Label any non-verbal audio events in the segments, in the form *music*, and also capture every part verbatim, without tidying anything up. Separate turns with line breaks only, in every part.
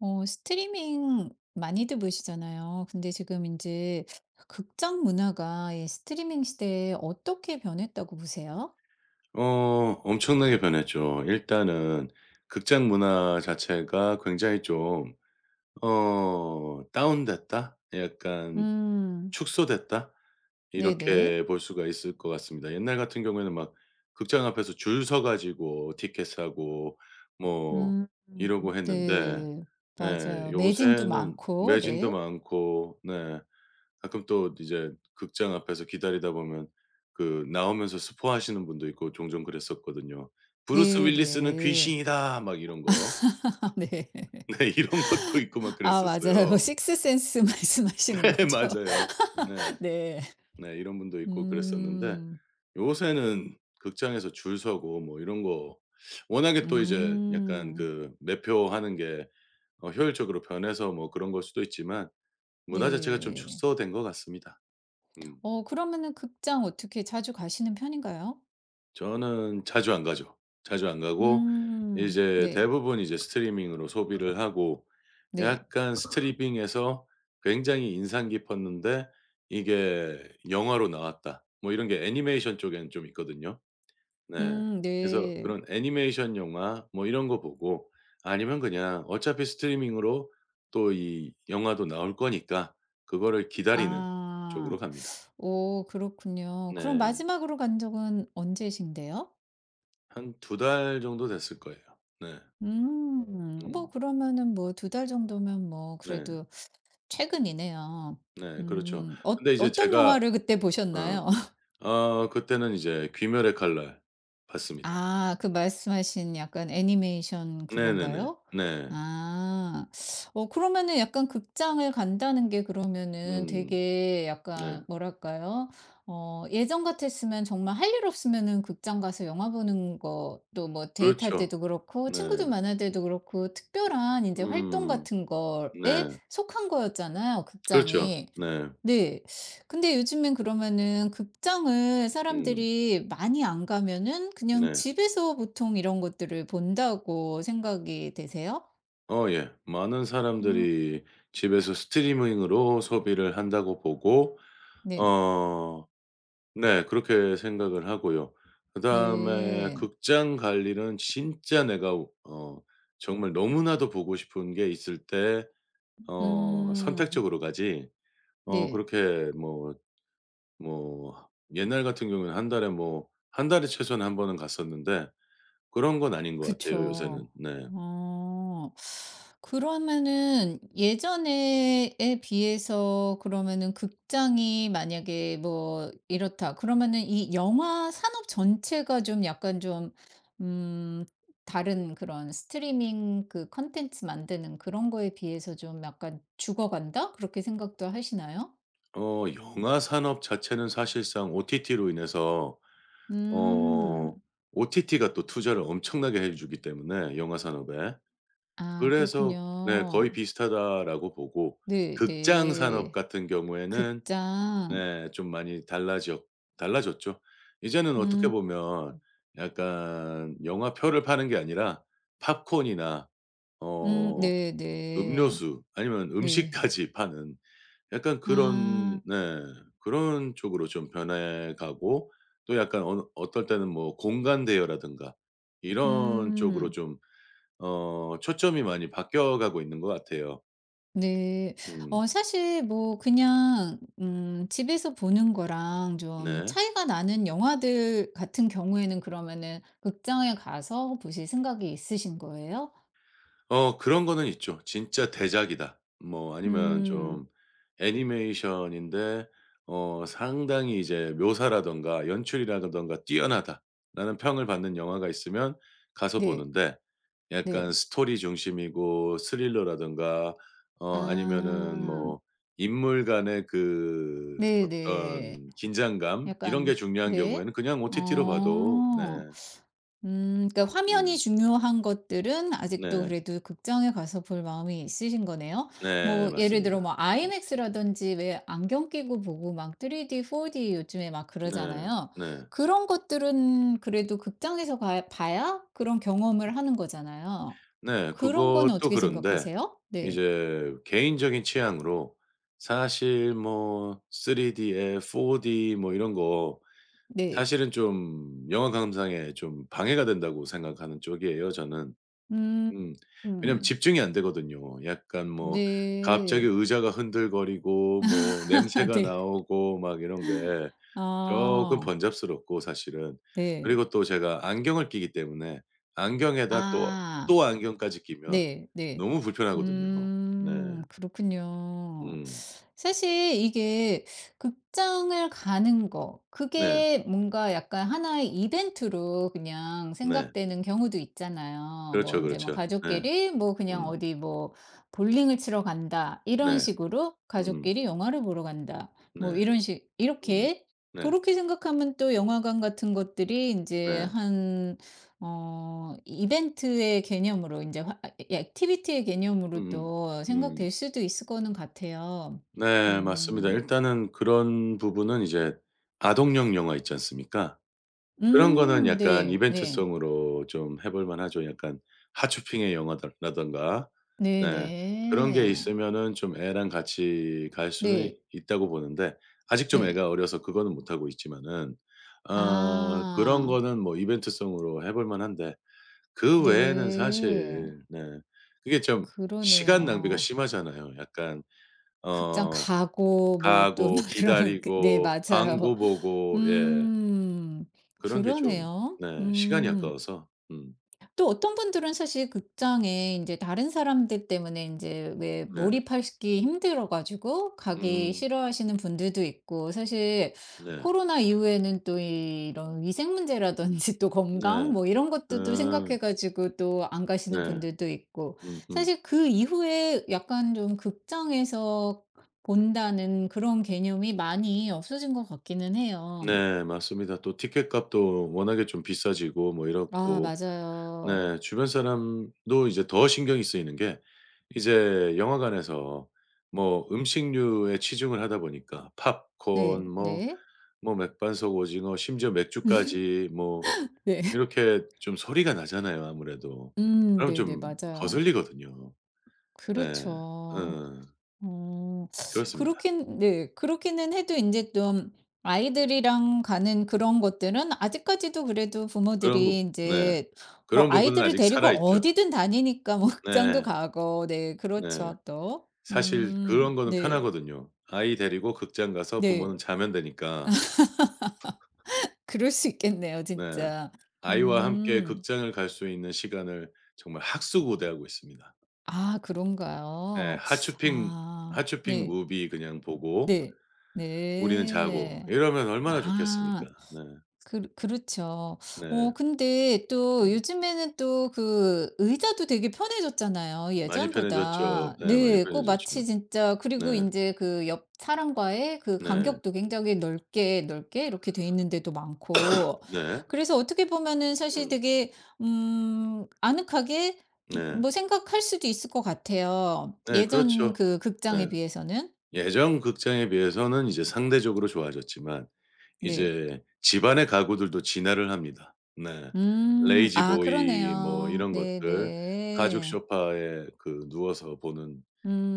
어 스트리밍 많이들 보시잖아요. 근데 지금 이제 극장 문화가 이 스트리밍 시대에 어떻게 변했다고 보세요?
어 엄청나게 변했죠. 일단은 극장 문화 자체가 굉장히 좀 어 '다운됐다.' 약간
음.
'축소됐다.'
네네.
이렇게 볼 수가 있을 것 같습니다. 옛날 같은 경우에는 막 극장 앞에서 줄 서 가지고 티켓 사고 뭐
음.
이러고 했는데
네.
예
맞아요. 매진도
요새는
많고.
매진도
네.
많고 네. 가끔 또 이제 극장 앞에서 기다리다 보면 그 나오면서 스포하시는 분도 있고 종종 그랬었거든요. "브루스 윌리스는
네네.
귀신이다." 막 이런 거.
*laughs* 네.
*laughs* 네 이런 것도 있고 막
아 맞아요.
그랬었어요.
식스센스 *laughs* 말씀하시는
*laughs* 네
거죠?
맞아요. 네.
*laughs* 네.
네 이런 분도 있고 그랬었는데
음.
요새는 극장에서 줄 서고 뭐 이런 거 워낙에 또 이제 약간
음.
그 매표하는 게 어 효율적으로 변해서 뭐 그런 걸 수도 있지만 문화 자체가 좀
네.
축소된 것 같습니다. 음.
어 그러면은 극장 어떻게 자주 가시는 편인가요?
저는 자주 안 가죠. 자주 안 가고
음.
이제
네.
대부분 이제 스트리밍으로 소비를 하고
네.
약간 스트리밍에서 굉장히 인상 깊었는데 이게 영화로 나왔다. 뭐 이런 게 애니메이션 쪽에는 좀 있거든요. 네.
음
그래서
네.
그런 애니메이션 영화 뭐 이런 거 보고 아니면 그냥 어차피 스트리밍으로 또 이 영화도 나올 거니까 그거를 기다리는
아.
쪽으로 갑니다.
오 그렇군요. 그럼
네.
마지막으로 간 적은 언제신데요?
한 두 달 정도 됐을 거예요. 네.
음. 뭐
음.
그러면은 뭐 두 달 정도면 뭐
네.
그래도 최근이네요.
네. 그렇죠.
음. 어
근데 이제
어떤
제가
영화를 그때
어
보셨나요?
어 그때는 이제 귀멸의 칼날 봤습니다.
아 그 말씀하신 약간 애니메이션
네네네.
그건가요?
네.
아. 어 그러면은 약간 극장을 간다는 게 그러면은
음.
되게
네.
약간 뭐랄까요? 어 예전 같았으면 정말 할 일 없으면은 극장 가서 영화 보는 것도 뭐 데이트할
그렇죠.
때도 그렇고 친구들
네.
만날 때도 그렇고 특별한 이제 활동
음.
같은 거에
네.
속한 거였잖아요,
그렇죠.
극장이.
네.
네. 근데 요즘엔 그러면은 극장을
음.
사람들이 많이 안 가면은 그냥
네.
집에서 보통 이런 것들을 본다고 생각이 되세요?
어 예. 많은
음.
사람들이 집에서 스트리밍으로 소비를 한다고 보고
네.
어 네. 그렇게 생각을 하고요. 그다음에
네.
극장 갈 일은 진짜 내가 어 정말 너무나도 보고 싶은 게 있을 때 어
음.
선택적으로 가지 어
네.
그렇게 뭐 뭐 옛날 같은 경우에는 한 달에 뭐 한 달에 최소한 한 번은 갔었는데 그런 건 아닌 것 같아요
그쵸.
요새는. 네.
어. 그러면은 예전에에 비해서 그러면은 극장이 만약에 뭐 이렇다 그러면은 이 영화 산업 전체가 좀 약간 좀 음 다른 그런 스트리밍 그 콘텐츠 만드는 그런 거에 비해서 좀 약간 죽어간다? 그렇게 생각도 하시나요?
어 영화 산업 자체는 사실상 오티티로 인해서 어
음.
오티티가 또 투자를 엄청나게 해 주기 때문에 영화 산업에
아
그래서 네 거의
그렇군요.
비슷하다라고 보고
네
극장 산업
네.
같은 경우에는
극장.
네 좀 많이 달라졌 달라졌죠. 이제는 어떻게
음.
보면 약간 영화표를 파는 게 아니라 팝콘이나
음
어
네네. 네.
음료수 아니면
네.
음식까지 파는 약간 그런
아.
네 그런 쪽으로 좀 변해 가고 또 약간 어느 어떨 때는 뭐 공간 대여라든가 이런 쪽으로
음.
좀 어 초점이 많이 바뀌어 가고 있는 것 같아요.
네.
음.
어 사실 뭐 그냥 음 집에서 보는 거랑 좀
네.
차이가 나는 영화들 같은 경우에는 그러면은 극장에 가서 보실 생각이 있으신 거예요?
어 그런 거는 있죠. 진짜 대작이다. 뭐 아니면
음.
좀 애니메이션인데 어 상당히 이제 묘사라든가 연출이라든가 뛰어나다라는 평을 받는 영화가 있으면 가서
네.
보는데 약간
네.
스토리 중심이고 스릴러라든가 어 아니면은
아.
뭐 인물 간의 그
네네.
어떤 긴장감 이런 게
약간
중요한
네.
경우에는 그냥 어떻게 t 로 봐도 네.
어. 음 그러니까 화면이
음.
중요한 것들은 아직도
네.
그래도 극장에 가서 볼 마음이 있으신 거네요.
네.
뭐 예를
맞습니다.
들어 뭐 아이맥스라든지 왜 안경 끼고 보고 막 쓰리디, 포디 요즘에 막
네.
그러잖아요.
네.
그런 것들은 그래도 극장에서 가 봐야 그런 경험을 하는 거잖아요.
네.
그런 거는
그것도
어떻게
그런데
생각하세요? 네.
이제 개인적인 취향으로 사실 뭐 쓰리디에 포디 뭐 이런 거
네.
사실은 좀 영화 감상에 좀 방해가 된다고 생각하는 쪽이에요 저는.
음.
음. 왜냐면
음.
집중이 안 되거든요. 약간 뭐 갑자기
네.
의자가 흔들거리고 뭐
*laughs*
냄새가
네.
나오고 막 이런 게 쪼끔
아.
번잡스럽고 사실은.
네.
그리고 또 제가 안경을 끼기 때문에 안경에다 또
아.
또 안경까지 끼면
네. 네.
너무 불편하거든요. 네.
음. 그렇군요.
음.
사실 이게 극장을 가는 거
네.
그게 뭔가 약간 하나의 이벤트로 그냥
네.
생각되는 경우도 있잖아요. 뭐
그렇죠,
이제 뭐
그렇죠. 네.
가족끼리 뭐 그냥
음.
어디 뭐 볼링을 치러 간다 이런
네.
식으로
음.
가족끼리 영화를 보러 간다 뭐
네.
이런 식
음.
이렇게 그
네.
렇게 생각하면 또 영화관 같은 것들이 이제
네.
한 어 이벤트의 개념으로 이제화 아 이 액티비티의 개념으로
음음.
또 생각될
음.
수도 있을 거는 같아요.
네 맞습니다.
음.
일단은 그런 부분은 이제 아동용 영화 있지 않습니까? 그런 거는
음
약간
네. 네.
이벤트성으로 좀 해볼 만하죠. 약간 하츄핑의 영화들 라든가
네네.
네 그런 게
네.
있으면은 좀 애랑 같이 갈 수는
네.
있다고 보는데 아직 좀
네.
애가 어려서 그거는 못하고 있지만은 어 그런
아.
거는 뭐 이벤트성으로 해볼 만한데 그 외에는
네.
사실 네 그게 좀 시간 낭비가
그러네요.
심하잖아요. 약간
극장
어
가고 뭐 또 *laughs*
가고
그러면 그 네
기다리고
맞아요.
광고 보고 예
음.
그런 게 좀
그러네요.
네 시간이
음.
아까워서 음
또 어떤 분들은 사실 극장에 이제 다른 사람들 때문에 이제 왜
네.
몰입하시기 힘들어 가지고 가기
음
싫어하시는 분들도 있고 사실
네.
코로나 이후에는 또 이- 이런 위생 문제라든지 또 건강
네.
뭐 이런 것들도
음
생각해 가지고 또 안 가시는
네.
분들도 있고
음음.
사실 그 이후에 약간 좀 극장에서 본다는 그런 개념이 많이 없어진 것 같기는 해요.
네 맞습니다. 또 티켓값도 워낙에 좀 비싸지고 뭐
아
이렇고
맞아요.
네 주변 사람도 이제 더 신경이 쓰이는 게 이제 영화관에서 뭐 음식류에 치중을 하다 보니까 팝콘
네.
뭐
네.
뭐 맥반석 오징어 심지어 맥주까지 뭐
네.
이렇게 좀 소리가 나잖아요 아무래도.
음
그럼
네네.
좀
맞아요.
거슬리거든요. 네.
그렇죠.
어.
어
그렇습니다.
그렇긴 네. 그렇기는 해도 이제 좀 아이들이랑 가는 그런 것들은 아직까지도 그래도
그런 거
부모들이 이
네.
제 뭐
그런 부분은
아이들을
아직
데리고
살아있죠.
어디든 다니니까 뭐 *laughs* 극장도
네.
가고 네
네.
그렇죠 또.
사실 그런
음
거는
네.
편하거든요. 아이 데리고 극장 가서
네.
부모는 자면 되니까.
그럴 수 있겠네요
네.
진짜.
아이와 함께
음.
극장을 갈 수 있는 시간을 정말 학수고대하고 있습니다.
아
예.
그런가요?
하츄핑
아
하츄핑
네.
무비 그냥 보고
네.
우리는 자고
네.
이러면 얼마나 좋겠습니까.
아
네.
그 그렇죠.
네.
어 근데 또
음.
요즘에는 또 그 의자도 되게 편해졌잖아요
많이 편해졌죠.
예전보다.
네 많이
네. 꼭
편해졌죠.
마치 진짜 그리고
네.
인제 그 옆 사람과의 그
네.
간격도 굉장히 넓게, 넓게 이렇게 돼 있는 데도 많고.
네.
그래서 어떻게 보면은 사실
음.
되게 음 아늑하게 음
네.
뭐 생각할 수도 있을 것 같아요
네
예전
그렇죠.
그
네.
극장에 비해서는.
예전 극장에 비해서는 이제 상대적으로 좋아졌지만
네.
이제 집안의 가구들도 진화를 합니다. 네.
음.
레이지
아
보이 뭐
그러네요.
이런 것들 가죽
네네.
소파에 그 누워서 보는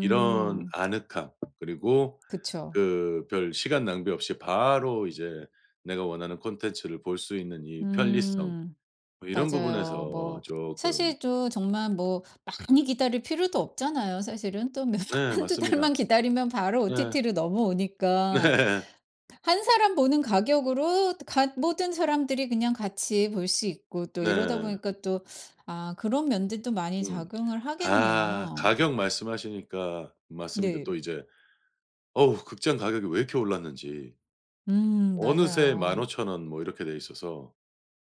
이런 아늑함 그리고
그쵸.
그 별 시간 낭비 없이 바로 이제 내가 원하는 콘텐츠를 볼 수 있는 이 편리성
음.
뭐 이런
맞아요.
부분에서
뭐
조금
사실 또 정말 뭐 많이 기다릴 필요도 없잖아요 사실은. 또몇
네
*laughs* 두
맞습니다.
달만 기다리면 바로
네. 네.
오티티로 넘어오니까.
*laughs*
한 사람 보는 가격으로 갓 모든 사람들이 그냥 같이 볼 수 있고 또 이러다
네.
보니까 또 아 그런 면들도 많이
음.
작용을
아
하겠네요.
가격 말씀하시니까 맞습니다.
네.
또 이제 어우 극장 가격이 왜 이렇게 올랐는지
음
어느새
맞아요.
만 오천 원 뭐 이렇게 돼 있어서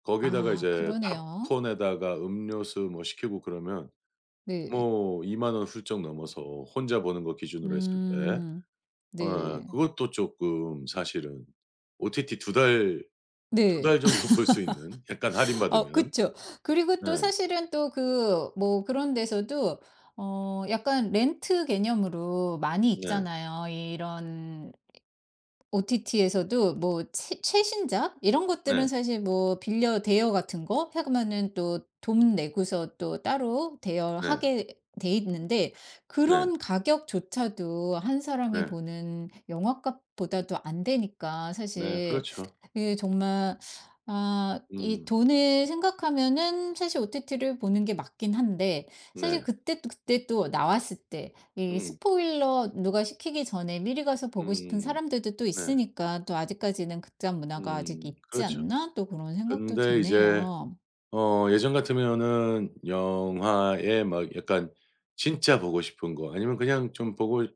거기다가
아
이제
그러네요.
팝콘에다가 음료수 뭐 시키고 그러면
네.
뭐이만 원 훌쩍 넘어서 혼자 보는 거 기준으로 했을 때
음.
어
네.
그것도 조금 사실은 오티티 두 달 두
네.
달 정도 *laughs* 볼 수 있는 약간
*laughs* 어
할인받으면
그쵸. 그리고 또
네.
사실은 또 그 뭐 그런 데서도 어 약간 렌트 개념으로 많이
네.
있잖아요. 이런 오티티에서도 뭐 최, 최신작 이런 것들은
네.
사실 뭐 빌려 대여 같은 거 하면은 또 돈 내고서 또 따로
네.
대여하게 돼 있는데
네.
그런 가격조차도 한 사람이
네.
보는 영화값보다도 안 되니까
네.
사실
그렇죠.
이게 정말 아 이
음.
돈을 생각하면은 사실 오티티를 보는 게 맞긴 한데
네.
사실 그때 또 그때 또 나왔을 때 이
음.
스포일러 누가 시키기 전에 미리 가서 보고 싶은
음.
사람들도 또
네.
있으니까 또 '아직까지는 극장 문화가 아직
음.
있지
그렇죠.
않나?' 또 그런 생각도
근데 이제
되네요.
어 예전 같으면은 영화에 막 약간 진짜 보고 싶은 거 아니면 그냥 좀 보고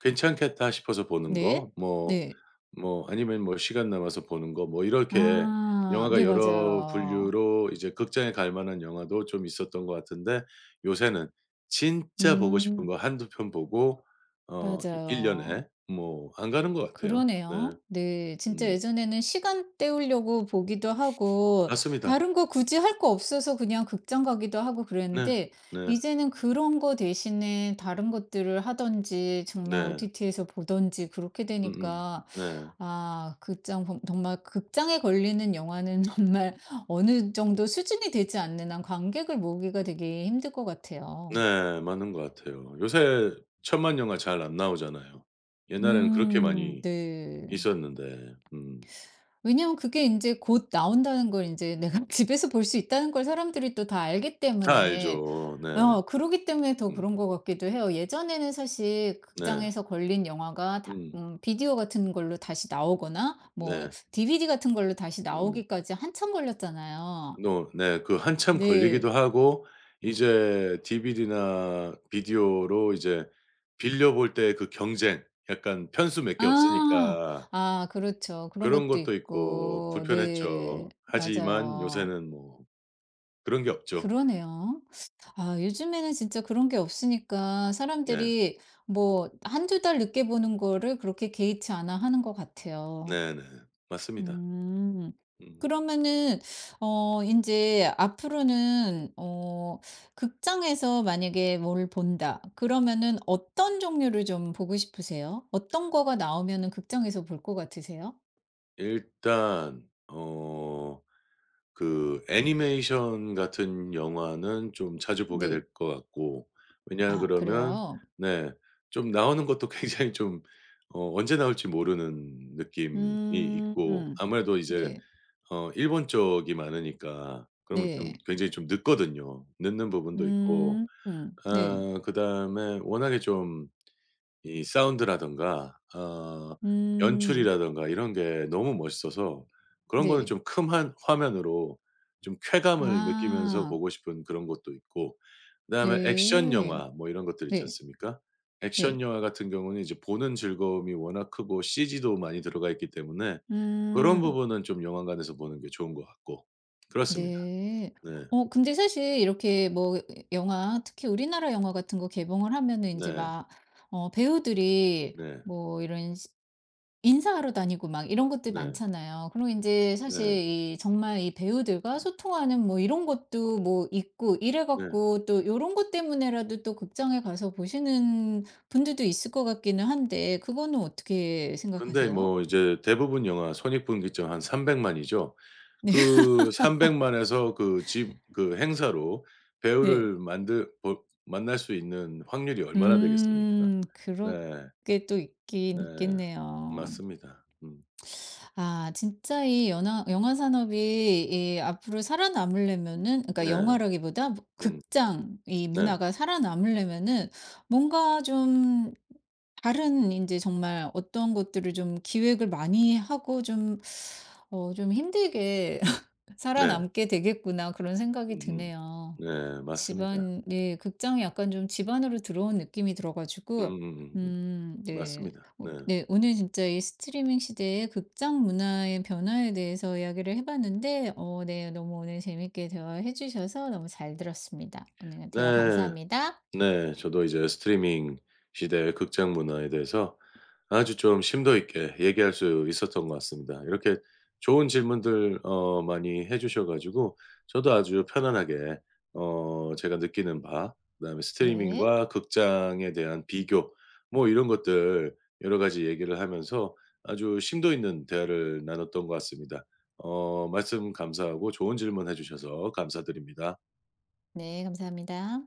괜찮겠다 싶어서 보는 거
네.
뭐
네.
뭐 아니면 뭐 시간 남아서 보는 거 뭐 이렇게
아.
영화가
네
여러
맞아요.
분류로 이제 극장에 갈 만한 영화도 좀 있었던 것 같은데 요새는 진짜 보고 싶은
음
거 한두 편 보고 어 일 년
맞아요.
년에 뭐 안 가는 것 같아요.
그러네요.
네.
네. 진짜
음.
예전에는 시간 때우려고 보기도 하고
맞습니다.
다른 거 굳이 할 거 없어서 그냥 극장 가기도 하고
네.
그랬는데
네.
이제는 그런 거 대신에 다른 것들을 하든지 정말
네.
오티티에서 보든지 그렇게
음음.
되니까
네.
아, 극장 범- 정말 극장에 걸리는 영화는 *laughs* 정말 어느 정도 수준이 되지 않는 한 관객을 모으기가 되게 힘들 것 같아요.
네. 맞는 것 같아요. 요새 천만 영화 잘 안 나오잖아요. 옛날에는 그렇게
음,
많이
네.
있었는데. 음.
왜냐면 그게 인제 곧 나온다는 걸 인제 *laughs* 내가 집에서 볼 수 있다는 걸 사람들이 또 다 알기
다
때문에
알죠. 네.
어 그러기 때문에 더
음.
그런 것 같기도 해요. 예전에는 사실
네.
극장에서 걸린 영화가 다
음.
음 비디오 같은 걸로 다시 나오거나 뭐
네.
디비디 같은 걸로 다시
음.
나오기까지 한참 걸렸잖아요.
노 네. 그 한참 걸리기도
네.
하고 이제 디비디나 비디오로 이제 빌려 볼 때 그 경쟁 약간 편수 몇 개
아.
없으니까
아 그렇죠. 그런
그런
것도
것도 있고
있고. 네.
불편했죠. 하지만
맞아요.
요새는 뭐 그런 게 없죠.
그러네요. 아, 요즘에는 진짜 그런 게 없으니까
네.
사람들이 뭐 한두 달 늦게 보는 거를 그렇게 개의치 않아 하는 것 같아요.
네네. 맞습니다.
음.
음.
그러면은, 어, 이제 앞으로는, 어, 극장에서 만약에 뭘 본다. 그러면은 어떤 종류를 좀 보고 싶으세요? 어떤 거가 나오면은 극장에서 볼 것 같으세요?
일단 어 그 애니메이션 같은 영화는 좀 자주 보게
네.
될 것 같고 왜냐
아,
그러면
그래요?
네 좀 나오는 것도 *laughs* 굉장히 좀 어 언제 나올지 모르는 느낌이
음,
있고 아무래도 이제
네.
어 일본 쪽이 많으니까 그러면 좀
네.
굉장히 좀 늦거든요. 늦는 부분도 있고
음, 음, 네.
아 그다음에 워낙에 좀 이 사운드라든가 어
음.
연출이라든가 이런 게 너무 멋있어서 그런 거는
네.
좀 큰 한 화면으로 좀 쾌감을 느끼면서
아.
보고 싶은 그런 것도 있고 그다음에 액션
네.
영화 뭐 이런 것들 있지
네.
않습니까? 액션
네.
영화 같은 경우는 이제 보는 즐거움이 워낙 크고 씨지도 많이 들어가 있기 때문에 그런
음.
부분은 좀 영화관에서 보는 게 좋은 것 같고 그렇습니다.
네.
네.
어 근데 사실 이렇게 뭐 영화 특히 우리나라 영화 같은 거 개봉을 하면은 이제
네.
막 어 배우들이
네.
뭐 이런 인사하러 다니고 막 이런 것들
네.
많잖아요. 그리고 인제 사실
네.
이 정말 이 배우들과 소통하는 뭐 이런 것도 뭐 있고 이래
네.
갖고 또 요런 것 때문에라도 또 극장에 가서 보시는 분들도 있을 것 같기는 한데 그거는 어떻게
근데
생각하세요?
뭐 이제 대부분 영화 손익분기점 한 삼백만 이죠.
*laughs*
그 삼백만 에서 그 집 그 행사로
네. 네.
배우를 만들 보 만날 수 있는 확률이 얼마나 되겠습니까?
음.
네.
그렇게 또
네.
있긴 있겠네요.
맞습니다. 음.
아 진짜 이 영화 영화 산업이 이 앞으로 살아남으려면은 그러니까
네.
영화라기보다 뭐
음.
극장 이
네.
문화가 살아남으려면은 뭔가 좀 다른 이제 정말 어떤 것들을 좀 기획을 많이 하고 좀 어 좀 힘들게
네.
살아남게 되겠구나 그런 생각이
음음.
드네요.
네. 맞습니다.
집안 네 극장이 약간 좀 집안으로 들어온 느낌이 들어 가지고
음음음음.
음 네.
맞습니다. 네.
오- 네 오늘 진짜 이 스트리밍 시대의 극장 문화의 변화에 대해서 이야기를 해 봤는데 어 네 너무 오늘 재밌게 대화해 주셔서 너무 잘 들었습니다. 오늘 대화
네.
감사합니다.
네. 저도 이제 스트리밍 시대의 극장 문화에 대해서 아주 좀 심도 있게 얘기할 수 있었던 것 같습니다. 이렇게 좋은 질문들 어 많이 해 주셔 가지고 저도 아주 편안하게 어 제가 느끼는 바 그다음에
네.
스트리밍과 극장에 대한 비교 뭐 이런 것들 여러 가지 얘기를 하면서 아주 심도 있는 대화를 나눴던 것 같습니다. 어 말씀 감사하고 좋은 질문해 주셔서 감사드립니다.
네 감사합니다.